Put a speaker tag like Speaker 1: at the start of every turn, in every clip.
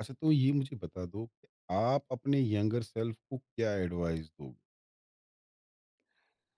Speaker 1: अच्छा, तो ये मुझे बता दो कि आप अपने यंगर सेल्फ को क्या एडवाइस दोगे?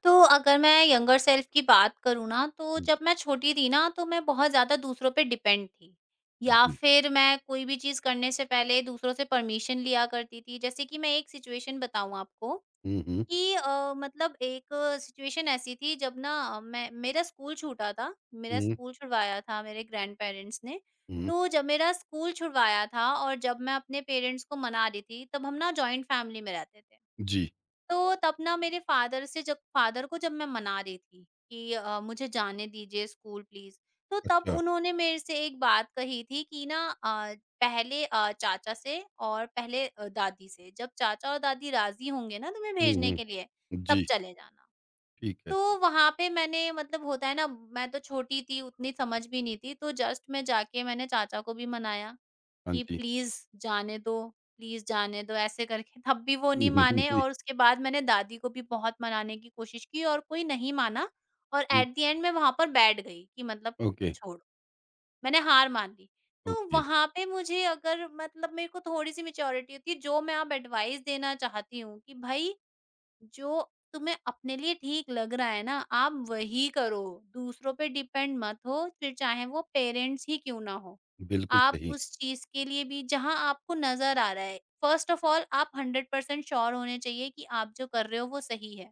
Speaker 2: तो अगर मैं यंगर सेल्फ की बात करूँ ना, तो
Speaker 1: हुँ,
Speaker 2: जब मैं छोटी थी ना, तो मैं बहुत ज़्यादा दूसरों पे डिपेंड थी। या
Speaker 1: जी।
Speaker 2: फिर मैं कोई भी चीज़ करने से पहले दूसरों से परमिशन लिया करती थी। जैसे कि मैं एक सिचुएशन बताऊँ आपको
Speaker 1: हुँ, हुँ,
Speaker 2: कि मतलब एक सिचुएशन ऐसी थी जब ना मैं मेरा स्कूल छूटा था, मेरा
Speaker 1: हुँ,
Speaker 2: स्कूल छुड़वाया था मेरे ग्रैंडपेरेंट्स ने।
Speaker 1: हुँ।
Speaker 2: तो जब मेरा स्कूल छुड़वाया था और जब मैं अपने पेरेंट्स को मना रही थी, तब हम ना जॉइंट फैमिली में रहते थे।
Speaker 1: जी,
Speaker 2: तो तब ना मेरे फादर से जब फादर को जब मैं मना रही थी कि मुझे जाने दीजिए स्कूल प्लीज। तो तब
Speaker 1: अच्छा।
Speaker 2: उन्होंने मेरे से एक बात कही थी कि ना पहले चाचा से और पहले दादी से जब चाचा और दादी राजी होंगे ना तुम्हें
Speaker 1: हुँ,
Speaker 2: भेजने
Speaker 1: हुँ।
Speaker 2: के लिए तब
Speaker 1: जी,
Speaker 2: चले जाना।
Speaker 1: ठीक है।
Speaker 2: तो वहां पे मैंने मतलब होता है ना, मैं तो छोटी थी उतनी समझ भी नहीं थी तो जस्ट मैं जाके मैंने चाचा को भी मनाया
Speaker 1: हाँ
Speaker 2: कि
Speaker 1: जी।
Speaker 2: जाने दो, प्लीज़ जाने दो ऐसे करके तब भी वो नहीं माने
Speaker 1: जी,
Speaker 2: और उसके बाद मैंने दादी को भी बहुत मनाने की कोशिश की और कोई नहीं माना और
Speaker 1: ठीक।
Speaker 2: एट द एंड मैं वहाँ पर बैठ गई कि मतलब
Speaker 1: ओके,
Speaker 2: छोड़ो, मैंने हार मान ली। तो
Speaker 1: ओके।
Speaker 2: वहाँ पे मुझे अगर मतलब मेरे को थोड़ी-सी मैच्योरिटी होती है जो मैं अब एडवाइस देना चाहती हूँ कि भई जो तुम्हें अपने लिए ठीक लग रहा है ना, आप वही करो, दूसरों पे डिपेंड मत हो, फिर चाहे वो पेरेंट्स ही क्यों ना हो।
Speaker 1: बिल्कुल
Speaker 2: आप
Speaker 1: सही।
Speaker 2: उस चीज़ के लिए भी जहाँ आपको नज़र आ रहा है, फ़र्स्ट ऑफ़ ऑल आप 100% श्योर होने चाहिए कि आप जो कर रहे हो वो सही है।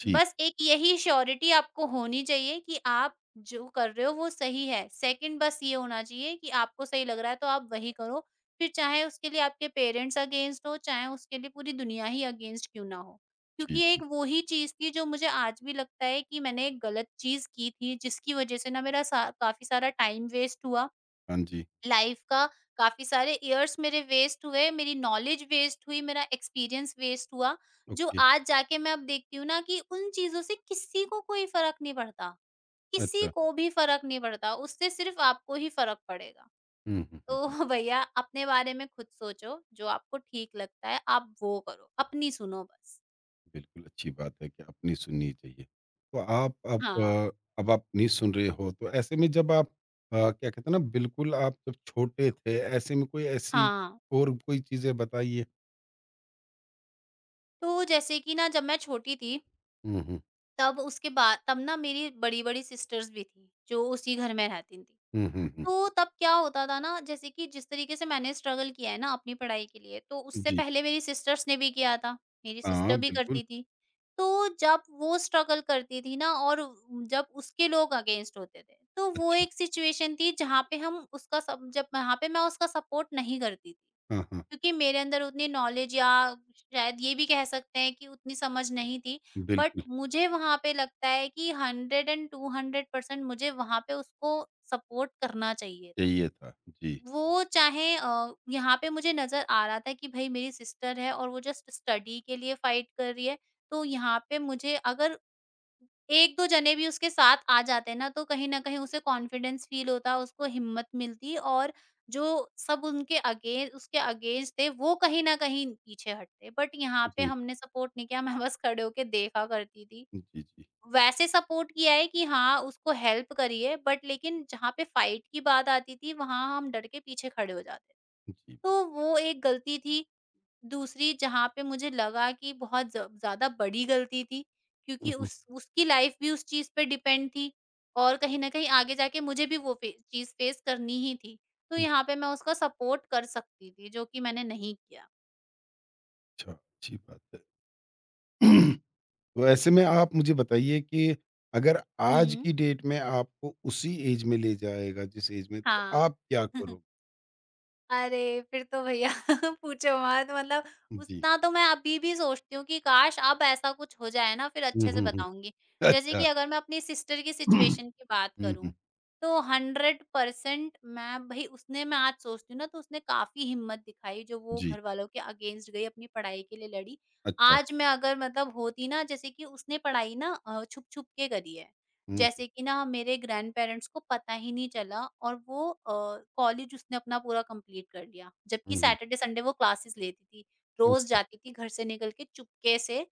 Speaker 1: ठीक।
Speaker 2: बस एक यही श्योरिटी आपको होनी चाहिए कि आप जो कर रहे हो वो सही है। सेकंड बस ये होना चाहिए कि आपको सही लग रहा है तो आप वही करो, फिर चाहे उसके लिए आपके पेरेंट्स अगेंस्ट हो, चाहे उसके लिए पूरी दुनिया ही अगेंस्ट क्यों ना हो।
Speaker 1: जी,
Speaker 2: क्योंकि ये एक
Speaker 1: जी।
Speaker 2: वो ही चीज़ थी जो मुझे आज भी लगता है कि मैंने एक गलत चीज़ की थी जिसकी वज़ह से ना मेरा सा काफ़ी सारा टाइम वेस्ट हुआ
Speaker 1: हाँ जी।
Speaker 2: लाइफ का, काफ़ी सारे इयर्स मेरे वेस्ट हुए, मेरी नॉलेज वेस्ट हुई, मेरा एक्सपीरियंस वेस्ट हुआ, जो
Speaker 1: ओके।
Speaker 2: आज जाके मैं अब देखती हूँ ना कि उन चीज़ों से किसी को कोई फ़र्क नहीं पड़ता, किसी
Speaker 1: अच्छा।
Speaker 2: को भी फ़र्क नहीं पड़ता, उससे सिर्फ़ आपको ही फ़र्क पड़ेगा।
Speaker 1: हुँ, हुँ, हुँ,
Speaker 2: तो
Speaker 1: हुँ।
Speaker 2: भैया अपने बारे में खुद सोचो, जो आपको ठीक लगता है आप वो करो, अपनी सुनो बस।
Speaker 1: बिल्कुल, अच्छी बात है कि अपनी सुननी चाहिए। तो
Speaker 2: हाँ,
Speaker 1: अब आप नहीं सुन रहे हो, तो ऐसे में जब आप क्या कहते हैं ना, बिल्कुल आप जब छोटे थे, ऐसे में कोई ऐसी
Speaker 2: हाँ।
Speaker 1: और कोई चीज़ें बताइए?
Speaker 2: तो जैसे कि ना जब मैं छोटी थी,
Speaker 1: हुँ, हुँ।
Speaker 2: तब उसके बाद तब ना मेरी बड़ी-बड़ी सिस्टर्स भी थीं, जो उसी घर में रहती थीं।
Speaker 1: हुँ, हुँ, हुँ।
Speaker 2: तो तब क्या होता था ना जैसे कि जिस तरीके से मैंने स्ट्रगल किया है ना अपनी पढ़ाई के लिए, तो उससे
Speaker 1: जी।
Speaker 2: पहले मेरी सिस्टर्स ने भी किया था, मेरी
Speaker 1: हाँ,
Speaker 2: सिस्टर भी
Speaker 1: बिल्कुल।
Speaker 2: करती थी। तो जब वो स्ट्रगल करती थी ना और जब उसके लोग अगेंस्ट होते थे तो वो
Speaker 1: अच्छा।
Speaker 2: एक सिचुएशन थी जहाँ पे हम उसका सब जब वहाँ पे मैं उसका सपोर्ट नहीं करती थी
Speaker 1: हाँ, हाँ।
Speaker 2: क्योंकि मेरे अंदर उतनी नॉलेज या शायद ये भी कह सकते हैं कि उतनी समझ नहीं थी। बट
Speaker 1: बिल्कुल,
Speaker 2: मुझे वहाँ पे लगता है कि 100 एंड 200% मुझे वहाँ पे उसको सपोर्ट करना चाहिए था।
Speaker 1: चाहिए था। जी।
Speaker 2: वो चाहे यहाँ पे मुझे नज़र आ रहा था कि भई मेरी सिस्टर है और वो जस्ट स्टडी के लिए फाइट कर रही है। तो यहाँ पे मुझे अगर 1-2 जने भी उसके साथ आ जाते हैं ना, तो कहीं न कहीं उसे कॉन्फिडेंस फ़ील होता, उसको हिम्मत मिलती और जो सब उनके अगे उसके अगेंस्ट थे, वो कहीं न कहीं पीछे हटते। बट यहाँ पे
Speaker 1: जी।
Speaker 2: हमने सपोर्ट नहीं किया, मैं बस खड़े होके देखा करती थी।
Speaker 1: जी, जी।
Speaker 2: वैसे सपोर्ट किया है कि हाँ, उसको हेल्प करी है, बट लेकिन जहाँ पे फाइट की बात आती थी, वहाँ हम डट के पीछे खड़े हो जाते।
Speaker 1: जी।
Speaker 2: तो वो एक गलती थी, दूसरी जहाँ पे मुझे लगा कि बहुत ज ज़्यादा बड़ी गलती थी,
Speaker 1: हुँ,
Speaker 2: क्योंकि
Speaker 1: हुँ।
Speaker 2: उस उसकी लाइफ़ भी उस चीज़ पे डिपेंड थी और कहीं न कहीं आगे जाके मुझे भी वो फे चीज़ फेस करनी ही थी। तो यहाँ पे मैं उसका सपोर्ट कर सकती थी, जो कि मैंने नहीं किया।
Speaker 1: अच्छा, अच्छी बात है। तो ऐसे में आप मुझे बताइए कि अगर आज
Speaker 2: हुँ।
Speaker 1: की डेट में आपको उसी एज में ले जाएगा जिस एज में, तो
Speaker 2: हाँ।
Speaker 1: आप क्या करोगे?
Speaker 2: अरे! फिर तो भैया पूछो मत। मतलब
Speaker 1: जी।
Speaker 2: उतना तो मैं अभी भी सोचती हूँ कि काश अब ऐसा कुछ हो जाए ना, फिर
Speaker 1: हुँ,
Speaker 2: अच्छे से
Speaker 1: हुँ, हुँ।
Speaker 2: बताऊँगी। जैसे कि
Speaker 1: अच्छा।
Speaker 2: अगर मैं अपनी सिस्टर की
Speaker 1: हुँ,
Speaker 2: सिचुएशन की बात करूँ,
Speaker 1: हुँ।
Speaker 2: तो 100% मैं भई उसने मैं आज सोचती हूँ ना तो उसने काफ़ी हिम्मत दिखाई जो वो
Speaker 1: जी।
Speaker 2: घरवालों के अगेंस्ट गई, अपनी पढ़ाई के लिए लड़ी।
Speaker 1: अच्छा।
Speaker 2: आज मैं अगर मतलब होती ना, जैसे कि उसने पढ़ाई ना छुप-छुप के करी है।
Speaker 1: हुँ,
Speaker 2: जैसे कि ना मेरे ग्रैंड पेरेंट्स को पता ही नहीं चला और वो कॉलेज उसने अपना पूरा कंप्लीट कर लिया जबकि
Speaker 1: हुँ, हुँ।
Speaker 2: सैटरडे संडे वो क्लासेस लेती थी, रोज
Speaker 1: अच्छा।
Speaker 2: जाती थी घर से निकल के चुपके से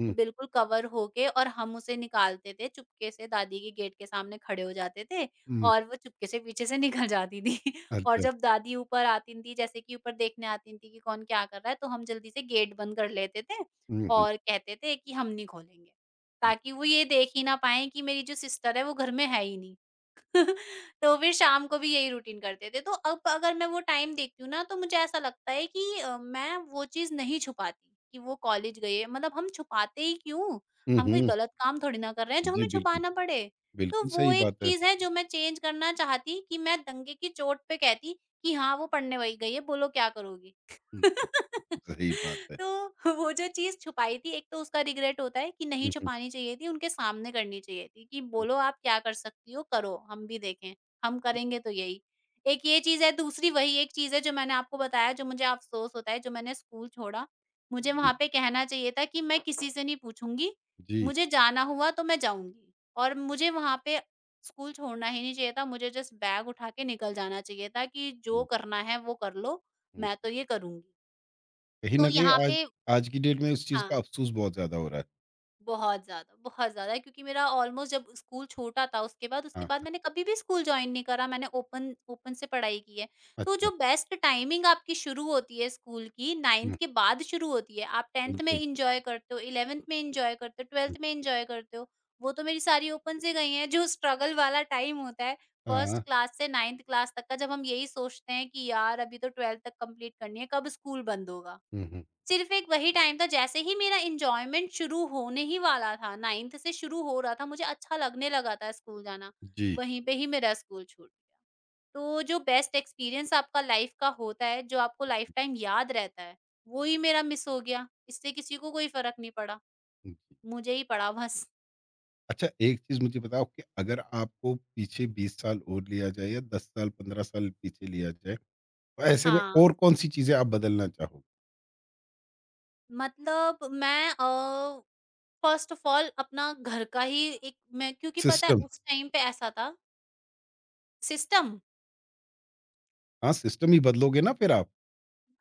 Speaker 1: हुँ,
Speaker 2: बिल्कुल कवर होके और हम उसे निकालते थे चुपके से, दादी के गेट के सामने खड़े हो जाते थे
Speaker 1: हुँ।
Speaker 2: और वो चुपके से पीछे से निकल जाती थी और
Speaker 1: अच्छा।
Speaker 2: जब दादी ऊपर आती थी, जैसे कि ऊपर देखने आती थी कि कौन क्या कर रहा है, तो हम जल्दी से गेट बंद कर लेते थे
Speaker 1: हुँ, हुँ,
Speaker 2: और कहते थे कि हम नहीं खोलेंगे
Speaker 1: हुँ।
Speaker 2: ताकि वो ये देख ही ना पाएँ कि मेरी जो सिस्टर है वो घर में है ही नहीं। तो फिर शाम को भी यही रूटीन करते थे। तो अब अगर मैं वो टाइम देखती हूँ ना, तो मुझे ऐसा लगता है कि मैं वो चीज़ नहीं छुपाती कि वो कॉलेज गए हैं। मतलब हम छुपाते ही क्यों?
Speaker 1: हुँ,
Speaker 2: हम कोई
Speaker 1: हुँ।
Speaker 2: गलत काम थोड़ी ना कर रहे हैं जो
Speaker 1: जी,
Speaker 2: हमें
Speaker 1: बिल्कुल।
Speaker 2: छुपाना पड़े। तो
Speaker 1: बिल्कुल
Speaker 2: वो
Speaker 1: सही
Speaker 2: एक
Speaker 1: बात है।
Speaker 2: चीज़ है जो मैं चेंज करना चाहती कि मैं दंगे की चोट पे कहती कि हाँ, वो पढ़ने वही गई है, बोलो क्या करोगी?
Speaker 1: हुँ, जी, सही बात है।
Speaker 2: तो वो जो चीज़ छुपाई थी, एक तो उसका रिग्रेट होता है कि नहीं
Speaker 1: हुँ, हुँ,
Speaker 2: छुपानी चाहिए थी, उनके सामने करनी चाहिए थी कि
Speaker 1: हुँ।
Speaker 2: बोलो आप क्या कर सकती हो, करो, हम भी देखें, हम करेंगे तो यही। एक ये चीज़ है, दूसरी वही एक चीज़ है जो मैंने आपको बताया जो मुझे अफ़सोस होता है, जो मैंने स्कूल छोड़ा। मुझे
Speaker 1: जी,
Speaker 2: वहाँ पे कहना चाहिए था कि मैं किसी से नहीं पूछूँगी,
Speaker 1: जी।
Speaker 2: मुझे जाना हुआ तो मैं जाऊँगी और मुझे वहाँ पे स्कूल छोड़ना ही नहीं चाहिए था, मुझे जस्ट बैग उठा के निकल जाना चाहिए था कि जो
Speaker 1: हुँ,
Speaker 2: करना है वो कर लो,
Speaker 1: हुँ।
Speaker 2: मैं तो ये करूँगी।
Speaker 1: कहीं
Speaker 2: तो
Speaker 1: न
Speaker 2: यहाँ
Speaker 1: कहीं आज
Speaker 2: पे
Speaker 1: आज की डेट में उस चीज़ का
Speaker 2: हाँ,
Speaker 1: अफ़सोस बहुत ज़्यादा हो रहा है।
Speaker 2: बहुत ज़्यादा, बहुत ज़्यादा, क्योंकि मेरा ऑलमोस्ट जब स्कूल छोटा था उसके बाद
Speaker 1: हाँ,
Speaker 2: उसके बाद
Speaker 1: हाँ।
Speaker 2: मैंने कभी भी स्कूल जॉइन नहीं करा, मैंने ओपन ओपन से पढ़ाई की है। तो
Speaker 1: अच्छा।
Speaker 2: जो बेस्ट टाइमिंग आपकी शुरू होती है स्कूल की, 9th
Speaker 1: हुँ,
Speaker 2: के बाद शुरू होती है। आप 10th में
Speaker 1: बिल्कुल।
Speaker 2: एन्जॉय करते हो, 11th में एन्जॉय करते हो,
Speaker 1: हुँ।
Speaker 2: 12th में एन्जॉय करते हो। वो तो मेरी सारी ओपन से गई हैं, जो स्ट्रगल वाला टाइम होता है
Speaker 1: हाँ,
Speaker 2: फर्स्ट
Speaker 1: हाँ।
Speaker 2: क्लास से 9th क्लास तक का, जब हम यही सोचते हैं कि यार अभी तो 12th तक कंप्लीट करनी है, कब स्कूल बंद होगा?
Speaker 1: हुँ, हुँ।
Speaker 2: सिर्फ एक वही टाइम था, जैसे ही मेरा एन्जॉयमेंट शुरू होने ही वाला था, 9th से शुरू हो रहा था, मुझे अच्छा लगने लगा था स्कूल जाना,
Speaker 1: जी,
Speaker 2: वहीं पे ही मेरा स्कूल छूट गया। तो जो बेस्ट एक्सपीरियंस आपका लाइफ का होता है, जो आपको लाइफ़टाइम याद रहता है, वो ही मेरा मिस हो गया। इससे किसी को कोई फ़र्क नहीं पड़ा,
Speaker 1: जी।
Speaker 2: मुझे ही पड़ा बस।
Speaker 1: अच्छा, एक चीज़ मुझे बताओ कि अगर आपको पीछे 20 साल और लिया जाए या 10 साल, 15 साल पीछे लिया जाए, तो ऐसे में
Speaker 2: हाँ,
Speaker 1: और कौन-सी चीज़ें आप बदलना चाहोगे?
Speaker 2: मतलब मैं फ़र्स्ट ऑफ ऑल अपना घर का ही एक मैं क्योंकि पता है
Speaker 1: सिस्टम।
Speaker 2: उस टाइम पे ऐसा था सिस्टम।
Speaker 1: हाँ, सिस्टम ही बदलोगे ना फिर आप।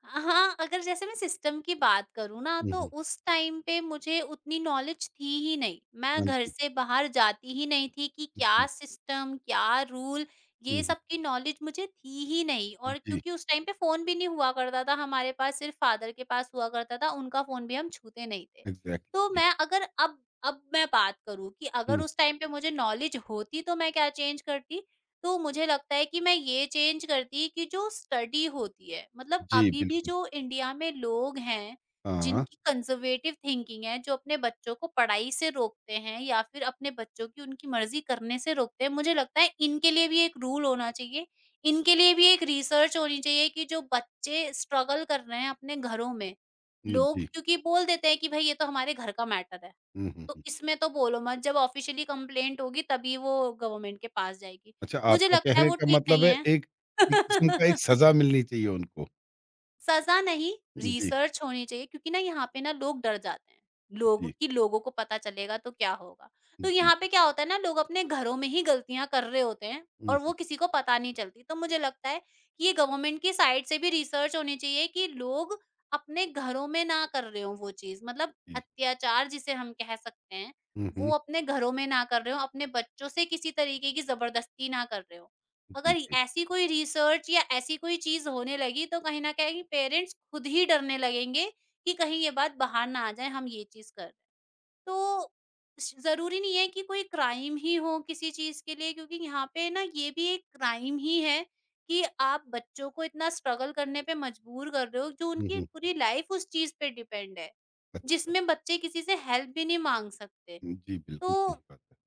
Speaker 2: हाँ, अगर जैसे मैं सिस्टम की बात करूँ ना,
Speaker 1: हुँ,
Speaker 2: तो
Speaker 1: हुँ।
Speaker 2: उस टाइम पे मुझे उतनी नॉलेज थी ही नहीं। मैं
Speaker 1: हाँ
Speaker 2: घर
Speaker 1: जी,
Speaker 2: से बाहर जाती ही नहीं थी कि क्या
Speaker 1: जी।
Speaker 2: सिस्टम, क्या रूल, ये
Speaker 1: हुँ, हुँ।
Speaker 2: सब की नॉलेज मुझे थी ही नहीं और
Speaker 1: जी,
Speaker 2: क्योंकि उस टाइम पे फ़ोन भी नहीं हुआ करता था हमारे पास, सिर्फ़ फ़ादर के पास हुआ करता था, उनका फ़ोन भी हम छूते नहीं थे। तो
Speaker 1: एग्ज़ैक्टली।
Speaker 2: मैं अगर अब मैं बात करूँ कि अगर
Speaker 1: हुँ,
Speaker 2: उस टाइम पे मुझे नॉलेज होती, तो मैं क्या चेंज करती? तो मुझे लगता है कि मैं ये चेंज करती कि जो स्टडी होती है, मतलब
Speaker 1: जी,
Speaker 2: अभी भी
Speaker 1: बिल्कुल।
Speaker 2: जो इंडिया में लोग हैं
Speaker 1: हाँ,
Speaker 2: जिनकी कंजर्वेटिव थिंकिंग है, जो अपने बच्चों को पढ़ाई से रोकते हैं या फिर अपने बच्चों की उनकी मर्जी करने से रोकते हैं, मुझे लगता है इनके लिए भी एक रूल होना चाहिए। इनके लिए भी एक रिसर्च होनी चाहिए कि जो बच्चे स्ट्रगल कर रहे हैं अपने घरों में,
Speaker 1: हुँ,
Speaker 2: लोग
Speaker 1: जी।
Speaker 2: क्योंकि बोल देते हैं कि भाई ये तो हमारे घर का मैटर है,
Speaker 1: हुँ, हुँ,
Speaker 2: तो
Speaker 1: हुँ।
Speaker 2: इसमें तो बोलो मत, जब ऑफ़िशियली कंप्लेंट होगी तभी वो गवर्नमेंट के पास जाएगी।
Speaker 1: अच्छा,
Speaker 2: मुझे
Speaker 1: आपका
Speaker 2: लगता है
Speaker 1: कहने
Speaker 2: वो
Speaker 1: का
Speaker 2: ठीक
Speaker 1: मतलब
Speaker 2: नहीं
Speaker 1: है,
Speaker 2: है।
Speaker 1: एक, एक किस्म का एक सज़ा मिलनी चाहिए उनको।
Speaker 2: सज़ा नहीं,
Speaker 1: जी,
Speaker 2: रिसर्च होनी चाहिए क्योंकि ना यहाँ पे ना लोग डर जाते हैं, लोग
Speaker 1: जी,
Speaker 2: कि लोगों को पता चलेगा तो क्या होगा? तो
Speaker 1: जी।
Speaker 2: यहाँ पे क्या होता है, ना लोग अपने घरों में ही गलतियाँ कर रहे होते हैं
Speaker 1: हुँ,
Speaker 2: और
Speaker 1: हुँ।
Speaker 2: वो किसी को पता नहीं चलती। तो मुझे लगता है कि ये गवर्नमेंट की साइड से भी रिसर्च होनी चाहिए कि लोग अपने घरों में ना कर रहे हों वो चीज़, मतलब
Speaker 1: जी।
Speaker 2: अत्याचार जिसे हम कह सकते हैं,
Speaker 1: हुँ,
Speaker 2: वो
Speaker 1: हुँ।
Speaker 2: अपने घरों में ना कर रहे हों, अपने बच्चों से किसी तरीके की ज़बरदस्ती ना कर रहे हों।
Speaker 1: जी,
Speaker 2: अगर
Speaker 1: जी।
Speaker 2: ऐसी कोई रिसर्च या ऐसी कोई चीज़ होने लगी तो कहीं न कहीं पेरेंट्स खुद ही डरने लगेंगे कि कहीं ये बात बाहर ना आ जाए हम ये चीज़ कर रहे हैं। तो श ज़रूरी नहीं है कि कोई क्राइम ही हो किसी चीज़ के लिए, क्योंकि यहाँ पे ना ये भी एक क्राइम ही है कि आप बच्चों को इतना स्ट्रगल करने पे मजबूर कर रहे हो, जो
Speaker 1: हुँ,
Speaker 2: उनकी
Speaker 1: हुँ।
Speaker 2: पूरी लाइफ़ उस चीज़ पे डिपेंड है,
Speaker 1: अच्छा।
Speaker 2: जिसमें बच्चे किसी से हेल्प भी नहीं माँग सकते।
Speaker 1: जी, बिल्कुल सही
Speaker 2: तो
Speaker 1: बात है।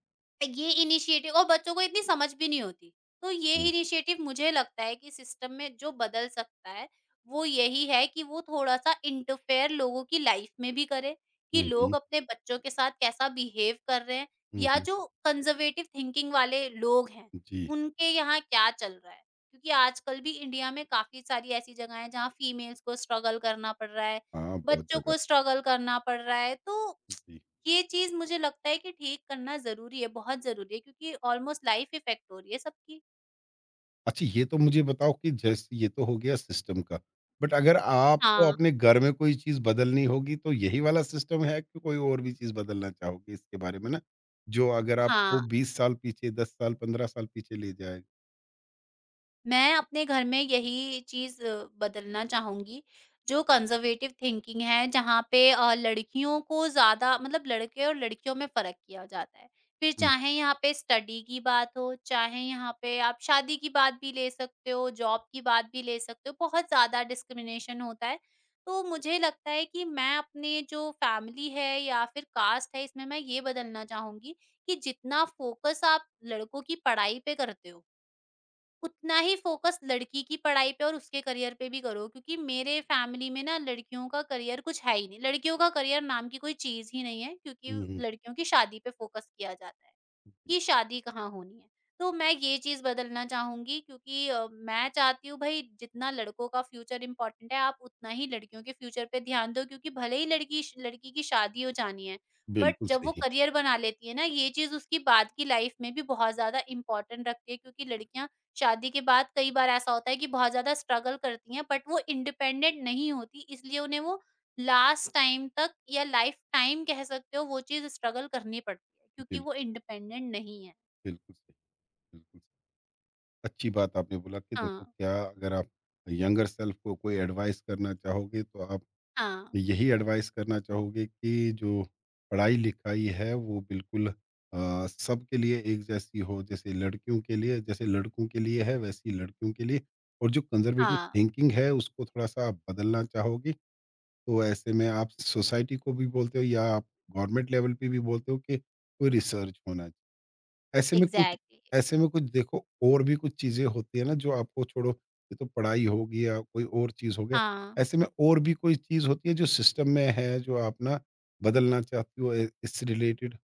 Speaker 2: ये इनिशिएटिव, और बच्चों को इतनी समझ भी नहीं होती। तो ये
Speaker 1: हुँ,
Speaker 2: इनिशिएटिव मुझे लगता है कि सिस्टम में जो बदल सकता है, वो यही है कि वो थोड़ा-सा इंटरफेयर लोगों की लाइफ में भी करे, कि
Speaker 1: हुँ,
Speaker 2: लोग
Speaker 1: हुँ,
Speaker 2: अपने बच्चों के साथ कैसा बिहेव कर रहे हैं
Speaker 1: हुँ,
Speaker 2: या
Speaker 1: हुँ।
Speaker 2: जो कंज़र्वेटिव थिंकिंग वाले लोग हैं,
Speaker 1: जी,
Speaker 2: उनके यहाँ क्या चल रहा है? क्योंकि आजकल भी इंडिया में काफ़ी सारी ऐसी जगह हैं जहाँ फीमेल्स को स्ट्रगल करना पड़ रहा है,
Speaker 1: हाँ, बहुत
Speaker 2: बच्चों
Speaker 1: जगह।
Speaker 2: को स्ट्रगल करना पड़ रहा है, तो
Speaker 1: जी।
Speaker 2: ये चीज़ मुझे लगता है कि ठीक करना ज़रूरी है, बहुत ज़रूरी है क्योंकि ऑलमोस्ट लाइफ़ इफ़ेक्ट हो रही है सबकी।
Speaker 1: अच्छा, ये तो मुझे बताओ कि जैसे ये तो हो गया सिस्टम का, बट अगर
Speaker 2: हाँ,
Speaker 1: आपको अपने घर में कोई चीज़ बदलनी होगी तो यही वाला सिस्टम है कि कोई और भी चीज़ बदलना चाहोगे इसके बारे में ना? जो अगर आपको
Speaker 2: हाँ।
Speaker 1: 20 साल पीछे, 10 साल, 15 साल पीछे ले जाए?
Speaker 2: मैं अपने घर में यही चीज़ बदलना चाहूँगी, जो कंज़र्वेटिव थिंकिंग है, जहाँ पे लड़कियों को ज़्यादा, मतलब लड़के और लड़कियों में फ़र्क किया जाता है। फिर
Speaker 1: हुँ,
Speaker 2: चाहे यहाँ पे स्टडी की बात हो, चाहे यहाँ पे आप शादी की बात भी ले सकते हो, जॉब की बात भी ले सकते हो, बहुत ज़्यादा डिस्क्रिमिनेशन होता है। तो मुझे लगता है कि मैं अपने जो फ़ैमिली है या फिर कास्ट है, इसमें मैं ये बदलना चाहूँगी कि जितना फ़ोकस आप लड़कों की पढ़ाई पे करते हो, उतना ही फ़ोकस लड़की की पढ़ाई पे और उसके करियर पे भी करो, क्योंकि मेरे फ़ैमिली में ना लड़कियों का करियर कुछ है ही नहीं। लड़कियों का करियर नाम की कोई चीज़ ही नहीं है क्योंकि
Speaker 1: हुँ, हुँ।
Speaker 2: लड़कियों की शादी पे फ़ोकस किया जाता है। कि शादी कहाँ होनी है। तो मैं ये चीज़ बदलना चाहूँगी क्योंकि मैं चाहती हूँ भई जितना लड़कों का फ्यूचर इम्पोर्टेंट है, आप उतना ही लड़कियों के फ्यूचर पे ध्यान दो, क्योंकि भले ही लड़की श लड़की की शादी हो जानी है, बट
Speaker 1: बिल्कुल
Speaker 2: जब वो
Speaker 1: सही,
Speaker 2: करियर बना लेती है ना, ये चीज़ उसकी बाद की लाइफ़ में भी बहुत ज़्यादा इम्पोर्टेंट रखती है, क्योंकि लड़कियाँ शादी के बाद कई बार ऐसा होता है कि बहुत ज़्यादा स्ट्रगल करती हैं, बट वो इंडिपेंडेंट नहीं होती, इसलिए उन्हें वो लास्ट टाइम तक या लाइफ टाइम कह सकते हो, वो चीज़ स्ट्रगल करनी पड़ती है क्योंकि
Speaker 1: बिल
Speaker 2: वो इंडिपेंडेंट नहीं है।
Speaker 1: बिल्कुल सही, बिल्कुल। सही। अच्छी बात आपने बोला कि
Speaker 2: हाँ,
Speaker 1: देखो, क्या अगर आप यंगर सेल्फ को कोई एडवाइस करना चाहोगे तो आप
Speaker 2: हाँ,
Speaker 1: यही एडवाइस करना चाहोगे कि जो पढ़ाई लिखाई है वो बिल्कुल सबके लिए एक जैसी हो, जैसे लड़कियों के लिए जैसे लड़कों के लिए है वैसी लड़कियों के लिए, और जो कंजर्वेटिव
Speaker 2: हाँ,
Speaker 1: थिंकिंग है उसको थोड़ा सा आप बदलना चाहोगी, तो ऐसे में आप सोसाइटी को भी बोलते हो या आप गवर्नमेंट लेवल पे भी बोलते हो कि कोई रिसर्च होना, ऐसे में कुछ,
Speaker 2: एग्ज़ैक्टली।
Speaker 1: ऐसे में कुछ, देखो और भी कुछ चीज़ें होती है ना जो आपको, छोड़ो ये तो पढ़ाई होगी या कोई और चीज़ हो गया।
Speaker 2: हाँ।
Speaker 1: ऐसे में और भी कोई चीज़ होती है जो सिस्टम में है जो आप ना बदलना चाहती हो, ए इससे रिलेटेड,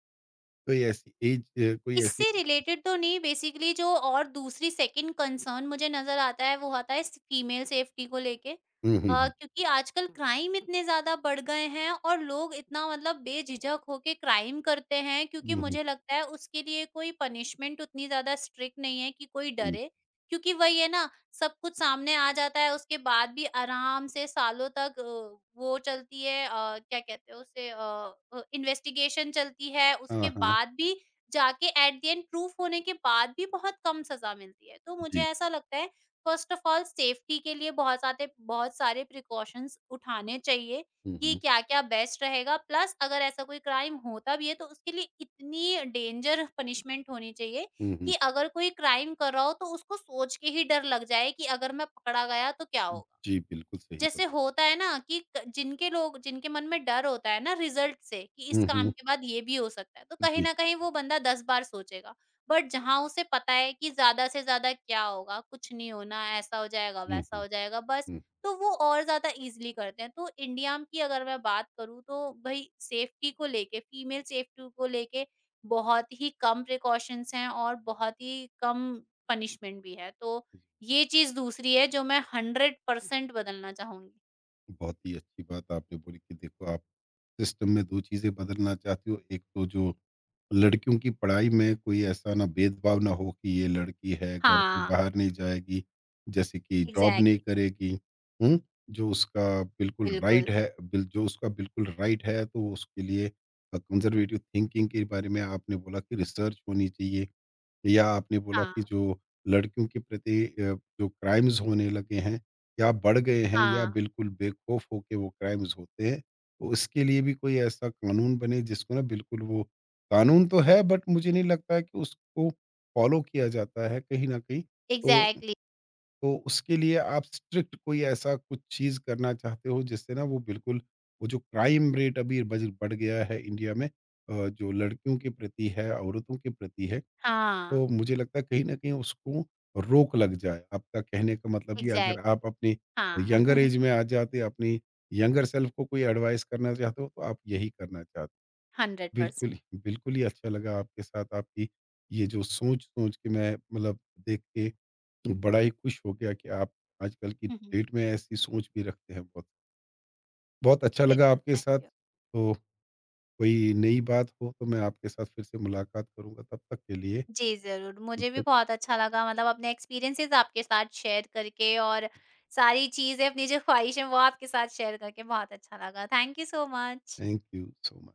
Speaker 1: कोई ऐसी एज, कोई ऐसी।
Speaker 2: इससे रिलेटेड तो नहीं, बेसिकली जो और दूसरी सेकंड कंसर्न मुझे नज़र आता है वो आता है फीमेल सेफ्टी को लेके,
Speaker 1: हुँ, हुँ, हुँ।
Speaker 2: क्योंकि आजकल क्राइम इतने ज़्यादा बढ़ गए हैं और लोग इतना, मतलब बेझिझक होके क्राइम करते हैं, क्योंकि
Speaker 1: हुँ, हुँ।
Speaker 2: मुझे लगता है उसके लिए कोई पनिशमेंट उतनी ज़्यादा स्ट्रिक्ट नहीं है कि कोई
Speaker 1: जी।
Speaker 2: डरे। क्योंकि वही है ना, सब कुछ सामने आ जाता है उसके बाद भी आराम से सालों तक वो चलती है, क्या कहते हैं उसे, इन्वेस्टिगेशन चलती है,
Speaker 1: हाँ,
Speaker 2: उसके
Speaker 1: हाँ।
Speaker 2: बाद भी जाके एट द एंड प्रूफ होने के बाद भी बहुत कम सज़ा मिलती है। तो मुझे
Speaker 1: जी।
Speaker 2: ऐसा लगता है फर्स्ट ऑफ ऑल सेफ्टी के लिए बहुत सारे प्रिकॉशंस उठाने चाहिए
Speaker 1: हुँ,
Speaker 2: कि
Speaker 1: हुँ।
Speaker 2: क्या-क्या बेस्ट रहेगा। प्लस अगर ऐसा कोई क्राइम होता भी है तो उसके लिए इतनी डेंजर पनिशमेंट होनी चाहिए
Speaker 1: हुँ, हुँ।
Speaker 2: कि अगर कोई क्राइम कर रहा हो तो उसको सोच के ही डर लग जाए कि अगर मैं पकड़ा गया तो क्या होगा?
Speaker 1: जी, बिल्कुल सही
Speaker 2: जैसे
Speaker 1: बोला।
Speaker 2: होता है ना कि क जिनके लोग जिनके मन में डर होता है ना रिज़ल्ट से, कि इस
Speaker 1: हुँ,
Speaker 2: काम
Speaker 1: हुँ।
Speaker 2: के बाद ये भी हो सकता है, तो कहीं
Speaker 1: जी।
Speaker 2: न कहीं वो बंदा 10 बार सोचेगा। बट जहाँ उसे पता है कि ज़्यादा से ज़्यादा क्या होगा, कुछ नहीं होना, ऐसा हो जाएगा,
Speaker 1: हुँ,
Speaker 2: वैसा
Speaker 1: हुँ,
Speaker 2: हो जाएगा बस,
Speaker 1: हुँ।
Speaker 2: तो वो और ज़्यादा ईज़िली करते हैं। तो इंडिया की अगर मैं बात करूँ तो भई सेफ्टी को लेके, फीमेल सेफ्टी को लेके बहुत ही कम प्रिकॉशंस हैं और बहुत ही कम पनिशमेंट भी है। तो ये चीज़ दूसरी है जो मैं 100% बदलना चाहूँगी।
Speaker 1: बहुत ही अच्छी बात आपने बोली कि देखो आप सिस्टम में 2 चीज़ें बदलना चाहती हो। एक तो जो लड़कियों की पढ़ाई में कोई ऐसा ना भेदभाव ना हो कि ये लड़की है, घर से
Speaker 2: हाँ,
Speaker 1: बाहर नहीं जाएगी, जैसे कि जॉब नहीं
Speaker 2: एग्ज़ैक्टली,
Speaker 1: करेगी, हुँ? जो उसका
Speaker 2: बिल्कुल।
Speaker 1: जो उसका बिल्कुल राइट है, तो उसके लिए कंज़र्वेटिव थिंकिंग के बारे में आपने बोला कि रिसर्च होनी चाहिए। या आपने बोला
Speaker 2: हाँ,
Speaker 1: कि जो लड़कियों के प्रति जो क्राइम्स होने लगे हैं या बढ़ गए हैं या
Speaker 2: हाँ,
Speaker 1: बिल्कुल बेखौफ होके वो क्राइम्स होते हैं, तो उसके लिए भी कोई ऐसा कानून बने जिसको ना बिल्कुल वो, कानून तो है बट मुझे नहीं लगता है कि उसको फ़ॉलो किया जाता है कहीं न कहीं। तो
Speaker 2: एग्ज़ैक्टली,
Speaker 1: तो उसके लिए आप स्ट्रिक्ट कोई ऐसा कुछ चीज़ करना चाहते हो जिससे ना वो बिल्कुल, वो जो क्राइम रेट अभी बज बढ़ गया है इंडिया में, जो लड़कियों के प्रति है, औरतों के प्रति है,
Speaker 2: हाँ,
Speaker 1: तो मुझे लगता है कहीं न कहीं उसको रोक लग जाए। आपका कहने का मतलब ये, अगर आप
Speaker 2: एग्ज़ैक्टली,
Speaker 1: अपनी
Speaker 2: हाँ,
Speaker 1: यंगर ऐज में आ जाते, अपनी यंगर सेल्फ को कोई एडवाइस करना चाहते हो, तो आप यही करना चाहते हो।
Speaker 2: 100%।
Speaker 1: बिल्कुल ही अच्छा लगा आपके साथ, आपकी ये जो सोच-सोच के, मैं मतलब, देख के बड़ा ही खुश हो गया कि आप आजकल की
Speaker 2: हुँ, हुँ,
Speaker 1: डेट में ऐसी सोच भी रखते हैं बहुत। बहुत अच्छा लगा
Speaker 2: बिल्कुल,
Speaker 1: आपके
Speaker 2: थैंक
Speaker 1: साथ,
Speaker 2: यू।
Speaker 1: तो कोई नई बात हो तो मैं आपके साथ फिर से मुलाकात करूँगा, तब तक के लिए,
Speaker 2: जी, ज़रूर,
Speaker 1: तब
Speaker 2: मुझे भी
Speaker 1: तक,
Speaker 2: बहुत अच्छा लगा, मतलब अपने एक्सपीरियंसेस आपके साथ शेयर करके और सारी चीज़ें अपनी जो ख़्वाहिश है वो आपके साथ शेयर करके बहुत अच्छा लगा। Thank you so much.
Speaker 1: Thank you so much.